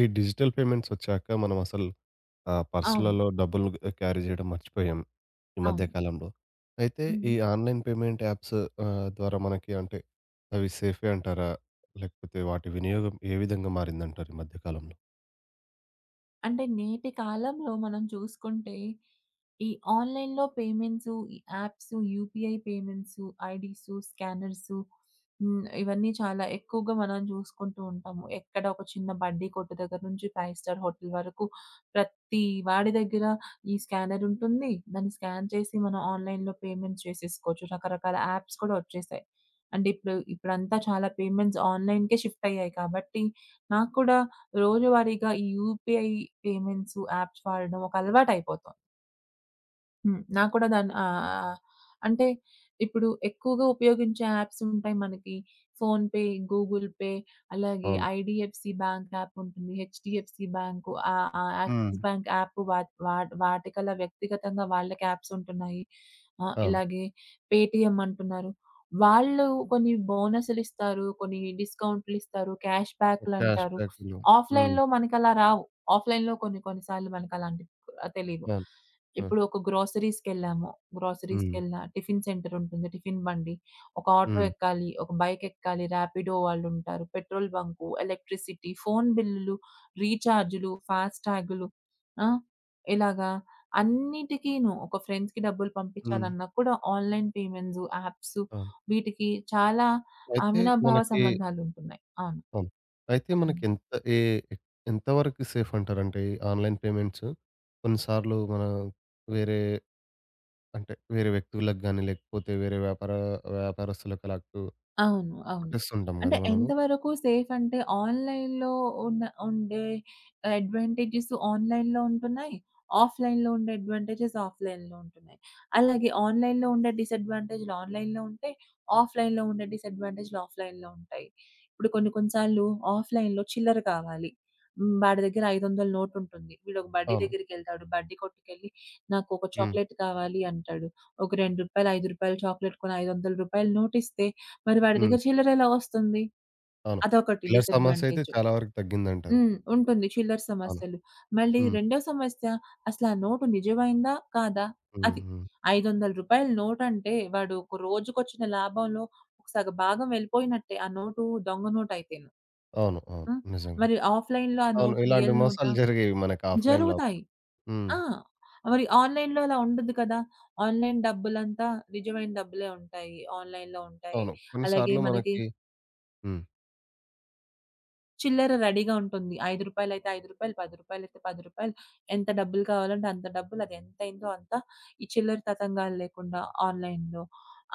ఈ digital payments వచ్చాక మనం అసలు అవును. పర్స్‌లలో డబ్బులు క్యారీ చేయడం మర్చిపోయాం ఈ మధ్య అవును. కాలంలో. అయితే హ్మ్. ఈ ఆన్‌లైన్ పేమెంట్ యాప్స్ ద్వారా మనకి అంటే అవి సేఫే అంటారా? లేకపోతే వాటి వినియోగం ఏ విధంగా మారిందంటారు ఈ మధ్య కాలంలో? అంటే నేటి కాలంలో మనం చూసుకుంటే, ఈ ఆన్‌లైన్‌లో పేమెంట్స్, ఈ apps, UPI payments, IDs, scanners. ఇవన్నీ చాలా ఎక్కువగా మనం చూసుకుంటూ ఉంటాము. ఎక్కడ ఒక చిన్న బడ్డీ కొట్టు దగ్గర నుంచి ఫైవ్ స్టార్ హోటల్ వరకు ప్రతి వాడి దగ్గర ఈ స్కానర్ ఉంటుంది. దాన్ని స్కాన్ చేసి మనం ఆన్‌లైన్‌లో పేమెంట్స్ చేసేసుకోవచ్చు. రకరకాల యాప్స్ కూడా వచ్చేసాయి. అంటే ఇప్పుడంతా చాలా పేమెంట్స్ ఆన్‌లైన్‌కే షిఫ్ట్ అయ్యాయి కాబట్టి నాకు కూడా రోజువారీగా ఈ యూపీఐ పేమెంట్స్ యాప్స్ వాడడం ఒక అలవాటయిపోతుంది. హ్మ్. నాకు కూడా దాన్ని అంటే ఇప్పుడు ఎక్కువగా ఉపయోగించే యాప్స్ ఉంటాయి మనకి. ఫోన్‌పే, గూగుల్ పే, అలాగే అవును. ఐడీఎఫ్‌సీ బ్యాంక్ యాప్ ఉంటుంది. హెచ్‌డీఎఫ్‌సీ బ్యాంకు, ఆహ్, ఆహ్, హ్మ్. Axis bank app, what what వాటికలా వ్యక్తిగతంగా వాళ్ళకి యాప్స్ ఉంటున్నాయి. ఆ! అవును. ఇలాగే పేటీఎం అంటున్నారు. వాళ్ళు కొన్ని బోనస్‌లిస్తారు, కొన్ని డిస్కౌంట్‌లిస్తారు, క్యాష్ క్యాష్ బ్యాక్‌లంటారు. బ్యాక్‌లు. హ్మ్. ఆఫ్‌లైన్‌లో మనకలా రావు. ఆఫ్‌లైన్‌లో కొన్ని కొన్ని సార్లు మనకలాంటివి తెలీవు. అవును. ఆ! ఇప్పుడు ఒక గ్రోసరీస్‌కెళ్ళాము. హ్మ్. హ్మ్. గ్రోసరీస్‌కెళ్ళినా టిఫిన్ సెంటర్ ఉంటుంది. టిఫిన్ బండి, ఒక ఆటో హ్మ్. ఎక్కాలి, ఒక బైక్ ఎక్కాలి, రాపిడో వాళ్ళుంటారు, పెట్రోల్ బంకు, ఎలక్ట్రిసిటీ, ఫోను బిల్లులు, రీచార్జులు, ఫాస్టాగులు. ఆ! ఇలాగా అన్నిటికీను, ఒక ఫ్రెండ్స్‌కి డబ్బులు హ్మ్. పంపించాలన్నా కూడా ఆన్‌లైన్ పేమెంట్స్, యాప్స్ అవును. వీటికి చాలా అయితే అవినాభావ మనకి. సంబంధాలుంటున్నాయి. అవును. అవును. అయితే హ్మ్. మనకెంత ఏ ఎంత వరకు సేఫ్ అంటారంటే ఈ ఆన్‌లైన్ పేమెంట్స్ కొన్నిసార్లు మన వేరే అంటే వేరే వ్యక్తులకు గాని, లేకపోతే వేరే వ్యాపార వ్యాపారస్తులకు అలా కు అవును. అవును. కొట్టేస్తుంటాం అంటే గదా! మనము. ఎంతవరకు సేఫ్ అంటే, ఆన్‌లైన్‌లో ఉండే అడ్వాంటేజెస్ ఆన్‌లైన్‌లో ఉంటున్నాయి. ఆఫ్‌లైన్‌లో ఉండే అడ్వాంటేజెస్ ఆఫ్‌లైన్‌లో ఉంటున్నాయి. అలాగే ఆన్‌లైన్‌లో ఉండే డిసడ్వాంటేజ్‌లు ఆన్‌లైన్‌లో ఉంటే, ఆఫ్‌లైన్‌లో ఉండే డిసడ్వాంటేజ్‌లు ఆఫ్‌లైన్‌లో ఉంటాయి. ఇప్పుడు కొన్ని కొన్ని సార్లు ఆఫ్‌లైన్‌లో చిల్లర కావాలి. హ్మ్. వాడి దగ్గర 500 నోట్ ఉంటుంది. వీడు ఒక బడ్డీ అవును. దగ్గరికెళ్తాడు. బడ్డీ కొట్టుకెళ్ళి, నాకు ఒక హ్మ్. చాక్లేట్ కావాలి అంటాడు. ఒక రూ. 2, రూ. 5 చాక్లేట్ కొని రూ. 500 నోటిస్తే మరి వాడి హ్మ్. దగ్గర చిల్లరెలా వస్తుంది? అవును. అదొకటి చిల్లర సమస్యయితే డిసడ్వాంటేజ్. చాలా వరకు తగ్గిందంటారు. హ్మ్. ఉంటుంది చిల్లర అవును. సమస్యలు. మళ్ళీ హ్మ్. రెండో సమస్య, అసలు ఆ నోటు నిజమైందా? కాదా? హ్మ్. అది. రూ. హ్మ్. 500 నోటంటే వాడు ఒక రోజుకొచ్చిన లాభంలో ఒక సగ భాగం వెళ్ళిపోయినట్టే, ఆ నోటు దొంగ నోటయితేను. అవును. అవును. ఆ! నిజంగా. మరి ఆఫ్‌లైన్‌లో ఆ అవును. నోటు ఇలాంటి రియల్ నోటా? మోసాలు జరిగేవి మనకి ఆఫ్‌లైన్‌లో జరుగుతాయి. అప్పుడు. హ్మ్. ఆ! మరి ఆన్‌లైన్‌లో అలా ఉండదు కదా! ఆన్‌లైన్ డబ్బులంతా నిజమైన డబ్బులే ఉంటాయి. ఆన్‌లైన్‌లో ఉంటాయి. అవును. అలాగే కొన్నిసార్లు మనకి మనకి. హ్మ్. చిల్లర రెడీగా ఉంటుంది. రూ. 5 అయితే రూ. 5, రూ. 10 అయితే రూ. 10. ఎంత డబ్బులు కావాలంటే అంత డబ్బులు. అది ఎంతయిందో అంత, ఈ చిల్లర తతంగాలు లేకుండా ఆన్‌లైన్‌లో.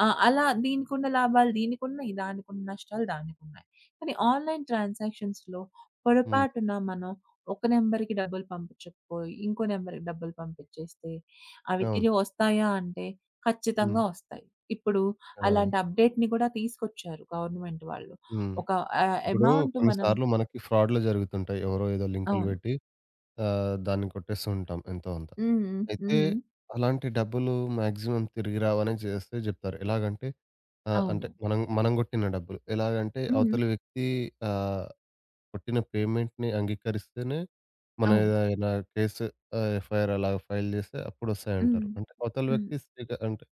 ఆ! అలా దీనికున్న లాభాలు దీనికున్నయి, దానికున్న నష్టాలు దానికున్నాయి. కానీ ఆన్‌లైన్ ట్రాన్సాక్షన్స్‌లో హ్మ్. పొరపాటున మనం ఒక నంబర్‌కి డబ్బులు పంపించకపోయి, ఇంకో నంబర్‌కి డబ్బులు పంపించేస్తే అవి అవును. తిరిగి వస్తాయా అంటే ఖచ్చితంగా హ్మ్. వస్తాయి. ఇప్పుడు అలాగే. అలాంటి అప్‌డేట్‌ని కూడా తీసుకొచ్చారు గవర్నమెంట్ వాళ్ళు. హ్మ్. ఒక ఇప్పుడు అమౌంట్ మనం. కొన్నిసార్లు మనకి ఫ్రాడ్‌లు జరుగుతుంటాయి. ఎవరో ఏదో లింకులు అవును. పెట్టి దాన్ని కొట్టేస్తూ ఉంటాం ఎంతో అంత. హ్మ్. అయితే హ్మ్. అలాంటి డబ్బులు మాక్సిమం తిరిగి రావనే చేస్తే జెప్తారు. ఎలాగంటే అంటే అవును. మనం మనం గొట్టిన డబ్బులు. ఎలాగంటే హ్మ్. అవతలి వ్యక్తి ఆహ్, కొట్టిన పేమెంట్‌ని అంగీకరిస్తేనే మన అవును. ఏదైనా కేసు, ఎఫ్ఐఆర్ అలాగా ఫైల్ జేస్తే హ్మ్. అప్పుడొస్తాయంటారు. అంటే అవతల హ్మ్. హ్మ్. వ్యక్తి అంటే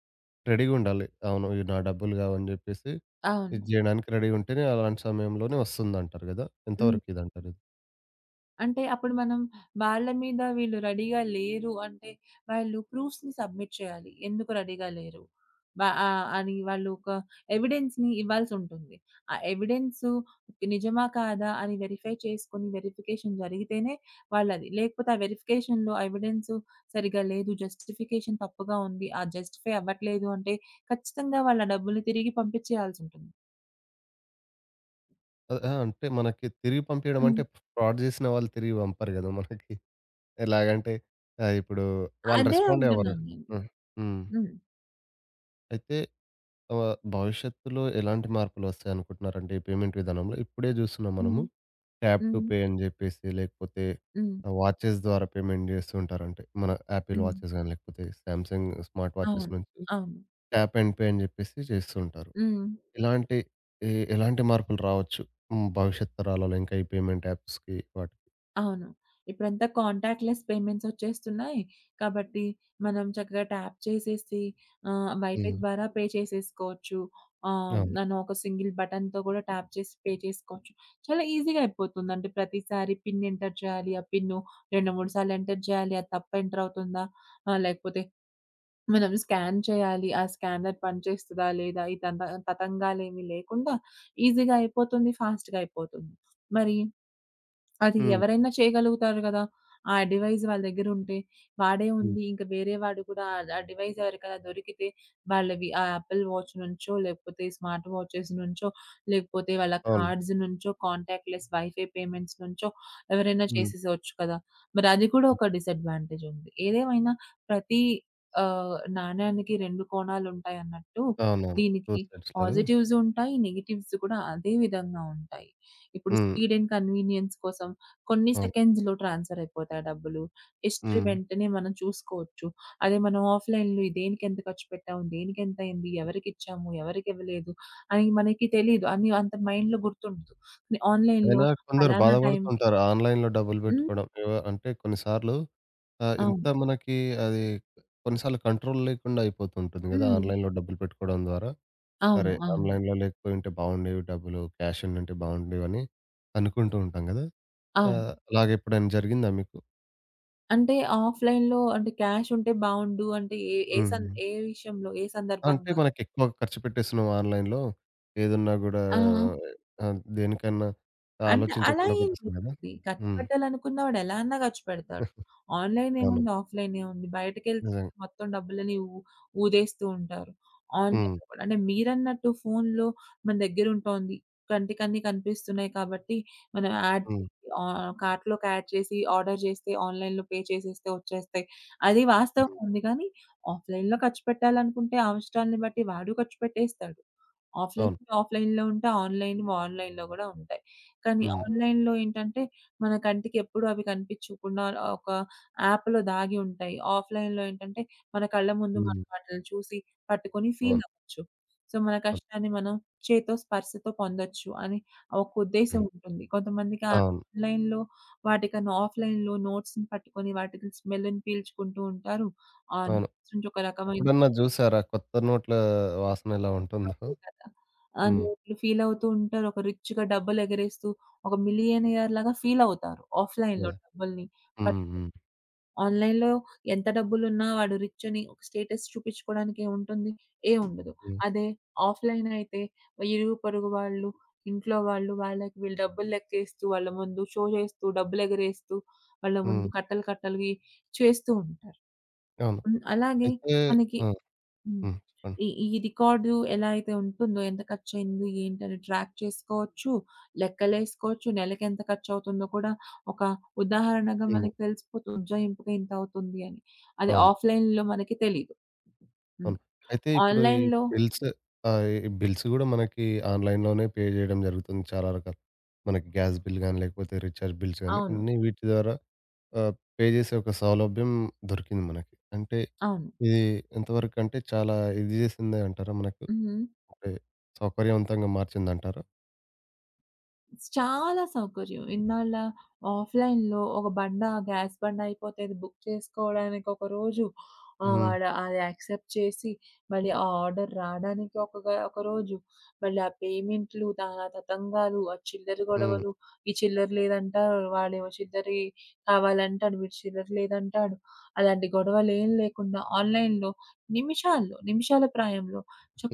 రెడీగుండాలి. అవును. ఇవి నా డబ్బులు గావని జెప్పేసి, ఇది అవును. జేయడానికి రెడీగా ఉంటేనే అలాంటి సమయంలోనే వస్తుందంటారు గదా! హ్మ్. ఎంతవరకు ఇదంటారు? అంటే అప్పుడు మనం, వాళ్ళ మీద వీళ్ళు రెడీగా లేరు అంటే, వాళ్ళు ప్రూఫ్స్‌ని సబ్మిట్ చేయాలి. ఎందుకు రెడీగా లేరు? అని వాళ్ళు ఒక ఎవిడెన్స్‌ని ఇవ్వాల్సుంటుంది. ఆ ఎవిడెన్సు నిజమా? కాదా? అని వెరిఫై చేసుకొని వెరిఫికేషన్ జరిగితేనే వాళ్ళది. లేకపోతే ఆ వెరిఫికేషన్‌లో ఆ ఎవిడెన్స్ సరిగ్గా లేదు, జస్టిఫికేషన్ తప్పుగా ఉంది, ఆ జస్టిఫై అవ్వట్లేదు అంటే ఖచ్చితంగా వాళ్ళ డబ్బులు తిరిగి పంపించేయాల్సుంటుంది. ఆ! అంటే మనకి తిరిగి పంపియడం హ్మ్. అంటే ఫ్రాడ్ జేసిన వాళ్ళు తిరిగి పంపరు గదా! మనకి. ఎలాగంటే ఇప్పుడు వాళ్ళు అదే రెస్పాండ్ అవ్వరు. అంటున్నాను నేను. హ్మ్. హ్మ్. హ్మ్. అయితే భవిష్యత్తులో ఎలాంటి మార్పులు వస్తాయనుకుంటున్నారంటే ఈ పేమెంట్ విధానంలో? ఇప్పుడే జూస్తున్నాం హ్మ్. మనము ట్యాప్ టు హ్మ్. పే అని జెప్పేసి లేకపోతే హ్మ్. వాచెస్ ద్వారా పేమెంట్ జేస్తూ ఉంటారంటే మన యాపిల్ హ్మ్. వాచెస్ గాని లేకపోతే సామ్‌సంగ్ స్మార్ట్ వాచెస్ అవును. నుంచి అవును. ట్యాప్ అండ్ పే అని జెప్పేసి జేస్తుంటారు. హ్మ్. ఇలాంటి ఎలాంటి మార్పులు రావచ్చు? హ్మ్. భవిష్యత్ తరాలలో ఇంకా ఈ పేమెంట్ యాప్స్‌కి వాటికి. అవును. ఇప్పుడంతా కాంటాక్ట్‌లెస్ పేమెంట్స్ వచ్చేస్తున్నాయి. కాబట్టి మనం చక్కగా ట్యాప్ చేసేసి వైఫై హ్మ్. ద్వారా పే చేసేసుకోవచ్చు. అవును. మనం ఒక సింగిల్ బటన్‌తో కూడా ట్యాప్ చేసి పే చేసుకోవచ్చు. చాలా ఈజీగా అయిపోతుంది. అంటే ప్రతిసారి పిన్ ఎంటర్ చేయాలి. ఆ పిన్ను 2, 3 సార్లు ఎంటర్ చేయాలి. అది తప్పు ఎంటర్ అవుతుందా? లేకపోతే మనం స్కాన్ చేయాలి. ఆ స్కానర్ పనిచేస్తదా? లేదా? ఈ తతంగాలేమి లేకుండా ఈజీగా అయిపోతుంది. ఫాస్ట్‌గా అయిపోతుంది. మరి అది హ్మ్. ఎవరైనా చేయగలుగుతారు గదా! ఆ డివైస్ వాళ్ళ దగ్గరుంటే. వాడే హ్మ్. ఉంది. ఇంక వేరే వాడు కూడా, ఆ డివైస్ ఎవరికైనా దొరికితే, వాళ్ళవి ఆ యాపిల్ వాచ్ నుంచో, లేకపోతే స్మార్ట్ వాచెస్ నుంచో, లేకపోతే వాళ్ళ అవును. కార్డ్స్ నుంచో, కాంటాక్ట్‌లెస్ వైఫై పేమెంట్స్ నుంచో ఎవరైనా హ్మ్. చేసేసేయొచ్చు కదా! మరి అది కూడా హ్మ్. ఒక డిసడ్వాంటేజ్ ఉంది. ఏదేమైనా ప్రతి నాణ్యానికి 2 కోణాలుంటాయన్నట్టు అవునవును. దీనికి 2 సైడ్స్ లాగా. పాజిటివ్స్ ఉంటాయి. నెగెటివ్స్ కూడా అదే విధంగా ఉంటాయి. ఇప్పుడు హ్మ్. స్పీడ్ అండ్ కన్వీనియన్స్ కోసం కొన్ని అవును. సెకండ్స్‌లో ట్రాన్స్‌ఫర్ అయిపోతాయి ఆ డబ్బులు. హిస్టరీ హ్మ్. వెంటనే మనం చూసుకోవచ్చు. అదే మనం ఆఫ్‌లైన్‌లో దేనికెంత ఖర్చు పెట్టాము, దేనికెంతయింది, ఎవరికిచ్చాము, ఎవరికివ్వలేదు అని మనకి తెలీదు. అని అంత మైండ్‌లో గుర్తుండదు. కానీ ఆన్‌లైన్‌లో అయినా కొందరు ఫలానా టైంకి. బాధపడుతుంటారు. ఆన్‌లైన్‌లో డబ్బులు హ్మ్. బెట్టుకోవడం. అంటే కొన్ని సార్లు ఇంత అవును. మనకి అది కొన్ని సార్లు కంట్రోల్ లేకుండా అయిపోతుంటుంది గదా! హ్మ్. ఆన్‌లైన్‌లో డబ్బులు పెట్టుకోవడం ద్వారా. అవును. అరే! అవును. ఆన్‌లైన్‌లో లేకపోయుంటే బావుండేవి డబ్బులు. క్యాష్ ఉండుంటే బావుండేవని అనుకుంటూ ఉంటాం గదా! ఆ! అవును. అలాగెప్పుడైనా జరిగిందా మీకు? అంటే ఆఫ్‌లైన్‌లో అంటే క్యాష్ ఉంటే బావుండు అంటే ఏ ఏ సం హుహు. ఏ విషయంలో? ఏ అంటే సందర్భంగా? మనకెక్కువ ఖర్చు పెట్టేస్తున్నాం ఆన్‌లైన్‌లో. ఏదున్నా గూడా ఆ! ఆ! దేనికన్నా అంటే అలా ఆలోచించకుండా ఏం కొట్టేస్తాం గదా! లేదండి. ఖర్చు హ్మ్. పెట్టాలనుకున్న వాడు ఎలా అన్నా ఖర్చు పెడతాడు. ఆన్‌లైన్ అవును. ఏముంది, ఆఫ్‌లైన్ ఏముంది. బయటకెళ్తే నిజంగా. కూడా మొత్తం డబ్బులని ఊదేస్తూ ఉంటారు. హ్మ్. ఆన్‌లైన్‌లో కూడా అంటే మీరన్నట్టు ఫోన్‌లో మన దగ్గర ఉంటోంది. కంటికన్నీ కనిపిస్తున్నాయి కాబట్టి మనం యాడ్ చేసి, హ్మ్. కార్ట్‌లోకి యాడ్ చేసి ఆర్డర్ చేస్తే ఆన్‌లైన్‌లో పే చేసేస్తే వచ్చేస్తాయి. అది వాస్తవం హ్మ్. ఉంది. కానీ ఆఫ్‌లైన్‌లో ఖర్చు పెట్టాలనుకుంటే అవసరాన్ని బట్టి వాడు ఖర్చు పెట్టేస్తాడు. అవును. ఆఫ్‌లైన్‌లో ఆఫ్‌లైన్‌లో ఉంటే, ఆన్‌లైన్‌వి ఆన్‌లైన్‌లో గూడా ఉంటాయి. కానీ హ్మ్. ఆన్‌లైన్‌లో ఏంటంటే, మన కంటికి ఎప్పుడూ అవి కనిపించకుండా ఒక యాప్‌లో దాగి ఉంటాయి. ఆఫ్‌లైన్‌లో ఏంటంటే, మన కళ్ళ ముందు హ్మ్. మనం వాటిని చూసి, పట్టుకొని ఫీల్ అవును. అవ్వచ్చు. సో, మన అవును. కష్టాన్ని మనం చేతో, స్పర్శతో పొందొచ్చు అని ఒక హ్మ్. ఉద్దేశ్యం ఉంటుంది. కొంతమందికి ఆ అవును. ఆన్‌లైన్‌లో వాటికన్నా ఆఫ్‌లైన్‌లో నోట్స్‌ని పట్టుకొని వాటిని స్మెల్‌ని పీల్చుకుంటూ ఉంటారు. ఆ అవును. నోట్స్ నుంచి ఒక రకమైన, ఎప్పుడన్నా జూసారా కొత్త నోట్ల వాసన ఎలా ఉంటుందో? అదే కదా, హ్మ్. అన్నట్లు ఫీలవుతూ ఉంటారు. ఒక రిచ్‌గా డబ్బులెగరేస్తూ, ఒక మిలియనియర్ లాగా ఫీలవుతారు ఆఫ్‌లైన్‌లో యాహ్! డబ్బుల్ని. బట్ హ్మ్. హ్మ్. ఆన్‌లైన్‌లో ఎంత డబ్బులున్నా వాడు రిచ్ అని ఒక స్టేటస్ చూపించుకోవడానికి ఏముంటుంది? ఏం ఉండదు. హ్మ్. అదే ఆఫ్‌లైన్ అయితే ఇరుగు పొరుగు వాళ్ళు, ఇంట్లో వాళ్ళు, వాళ్ళకి వీళ్ళు డబ్బులు లెక్కేస్తూ, వాళ్ళ ముందు షో చేస్తూ, డబ్బులెగరేస్తూ, వాళ్ళ హ్మ్. ముందు కట్టలు కట్టలువి చేస్తూ ఉంటారు. అవును. హ్మ్. అలాగే అయితే మనకి, ఆ! హ్మ్, హ్మ్. చెప్పండి. ఈ ఈ రికార్డు ఎలా అయితే ఉంటుందో, ఎంత ఖర్చయింది ఏంటని ట్రాక్ చేసుకోవచ్చు, లెక్కలేసుకోవచ్చు, నెలకెంత ఖర్చవుతుందో కూడా ఒక ఉదాహరణగా హ్మ్. మనకు తెలిసిపోతుంది. ఉజ్జాయింపుగా ఇంతవుతుంది అని. అది అవును. ఆఫ్‌లైన్‌లో మనకి తెలీదు. హ్మ్. అవును. అయితే ఇప్పుడు ఈ ఆన్‌లైన్‌లో. బిల్స్ ఈ బిల్స్ గూడా మనకి ఆన్‌లైన్‌లోనే పే జేయడం జరుగుతుంది చాలా రకాలు. మనకి గ్యాస్ బిల్ గాని, లేకపోతే రీచార్జ్ బిల్స్ గాని, అవును. అన్నీ వీటి ద్వారా ఆహ్, పే జేసే ఒక సౌలభ్యం దొరికింది మనకి. అంటే అవును. ఇది ఎంతవరకంటే చాలా ఇది జేసిందే అంటారా మనకు? హ్మ్. అంటే సౌకర్యవంతంగా మార్చిందంటారా? చాలా సౌకర్యం. ఇన్నాళ్ళ ఆఫ్‌లైన్‌లో ఒక బండ, గ్యాస్ బండ అయిపోతేది బుక్ చేసుకోవడానికి ఒక రోజు. హ్మ్. వాడు అది యాక్సెప్ట్ చేసి, మళ్ళీ ఆ ఆర్డర్ రాడానికి ఒక ఒక రోజు. మళ్ళీ ఆ పేమెంట్‌లు, దానా తతంగాలు, ఆ చిల్లర హ్మ్. గొడవలు. ఈ చిల్లర లేదంటారు, వాడేమో చిల్లరి కావాలంటాడు, వీడు చిల్లర లేదంటాడు. అలాంటి గొడవలేం లేకుండా ఆన్‌లైన్‌లో నిమిషాల్లో, నిమిషాల ప్రాయంలో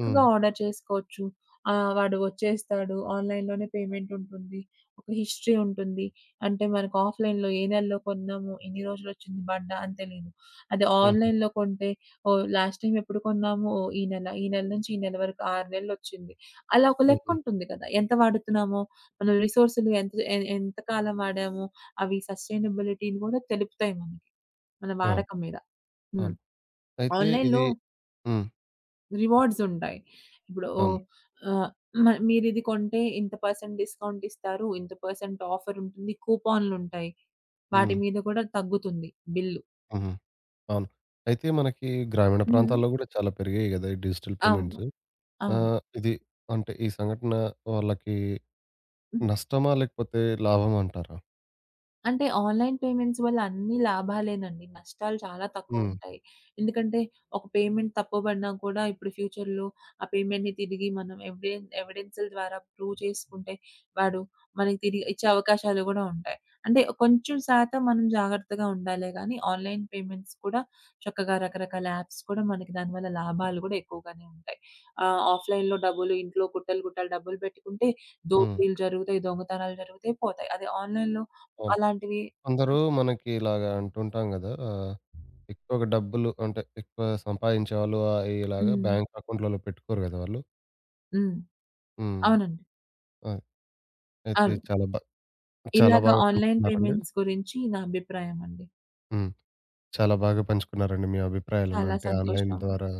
హ్మ్. ఆర్డర్ చేసుకోవచ్చు. ఆ! వాడు వచ్చేస్తాడు. ఆన్‌లైన్‌లోనే పేమెంట్ ఉంటుంది. ఒక హిస్టరీ ఉంటుంది. అంటే మనకు ఆఫ్‌లైన్‌లో ఏ నెలలో కొన్నాము, ఎన్ని రోజులొచ్చింది బండ అని తెలీదు. అదే హుహు. ఆన్‌లైన్‌లో కొంటే ఓహ్! లాస్ట్ టైమ్ ఎప్పుడు కొన్నాము, ఓహ్! ఈ నెల, ఈ నెల నుంచి ఈ నెల వరకు 6 నెలలొచ్చింది. అలా ఒక లెక్క హుహు. ఉంటుంది కదా! ఎంత వాడుతున్నామో, మన రిసోర్స్‌లు ఎంత ఎంత కాలం వాడాము, అవి సస్టైనబిలిటీని కూడా తెలుపుతాయి మనకి మన అవును. వాడకం మీద. హ్మ్. అవును. అయితే ఆన్‌లైన్‌లో ఇది. హ్మ్. రివార్డ్స్ ఉంటాయి. ఇప్పుడు అవును. ఆహ్, మీరిది కొంటే ఇంత పర్సెంట్ డిస్కౌంట్ ఇస్తారు. ఇంత పర్సెంట్ ఆఫర్ ఉంటుంది. కూపన్‌లుంటాయి. వాటి హ్మ్. మీద కూడా తగ్గుతుంది బిల్లు. హుహు. అవును. అయితే మనకి గ్రామీణ హ్మ్. ప్రాంతాల్లో గూడా చాలా పెరిగాయి గదా! ఈ డిజిటల్ అవును. పేమెంట్స్. ఆ! అవును. ఇది అంటే ఈ సంఘటన వాళ్ళకి నష్టమా? లేకపోతే లాభమా అంటారా? అంటే ఆన్‌లైన్ పేమెంట్స్ వల్ల అన్ని లాభాలేనండి. నష్టాలు చాలా హ్మ్. తక్కువుంటాయి. ఎందుకంటే ఒక పేమెంట్ తప్పుబడినా కూడా ఇప్పుడు ఫ్యూచర్‌లో ఆ పేమెంట్‌ని తిరిగి మనం ఎవిడెన్స్‌ల ద్వారా ప్రూవ్ చేసుకుంటే వాడు మనకి తిరిగి ఇచ్చే అవకాశాలు గూడా ఉంటాయి. అంటే కొంచెం శాతం మనం జాగ్రత్తగా ఉండాలే గానీ ఆన్‌లైన్ పేమెంట్స్ కూడా, చక్కగా రకరకాల యాప్స్ కూడా మనకి, దానివల్ల లాభాలు గూడా ఎక్కువగానే ఉంటాయి. ఆఫ్‌లైన్‌లో డబ్బులు, ఇంట్లో గుట్టలు గుట్టలు డబ్బులు పెట్టుకుంటే హ్మ్. దోపిడీలు జరుగుతాయి, దొంగతనాలు జరుగుతాయి, పోతాయి. అదే ఆన్‌లైన్‌లో అవును. అలాంటివి కొందరు కష్టం. మనకి ఇలాగ అంటుంటాం గదా! ఎక్కువగా డబ్బులు అంటే ఎక్కువ సంపాదించేవాళ్ళు ఇలాగా హ్మ్. బ్యాంక్ అకౌంట్‌లలో పెట్టుకోరు గదా! వాళ్ళు. హ్మ్. హ్మ్. అవునండి. ఆ! అయితే అవును. చాలా ఇలాగ బాగా ఆన్‌లైన్ పంచుకున్నారండి. పేమెంట్స్ గురించి నా అభిప్రాయం అండి. హ్మ్. చాలా బాగా పంచుకున్నారండి మీ అభిప్రాయాలను. చాలా అంటే ఆన్‌లైన్ సంతోషం. ద్వారా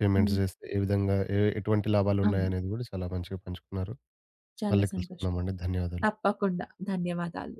పేమెంట్స్ హ్మ్. జేస్తే ఏ విధంగా ఎటువంటి అవును. లాభాలున్నాయనేది గూడా చాలా మంచిగా పంచుకున్నారు. చాలా మళ్ళీ సంతోషం. కలుసుకుందామండి. ధన్యవాదాలు. తప్పకుండా. ధన్యవాదాలు.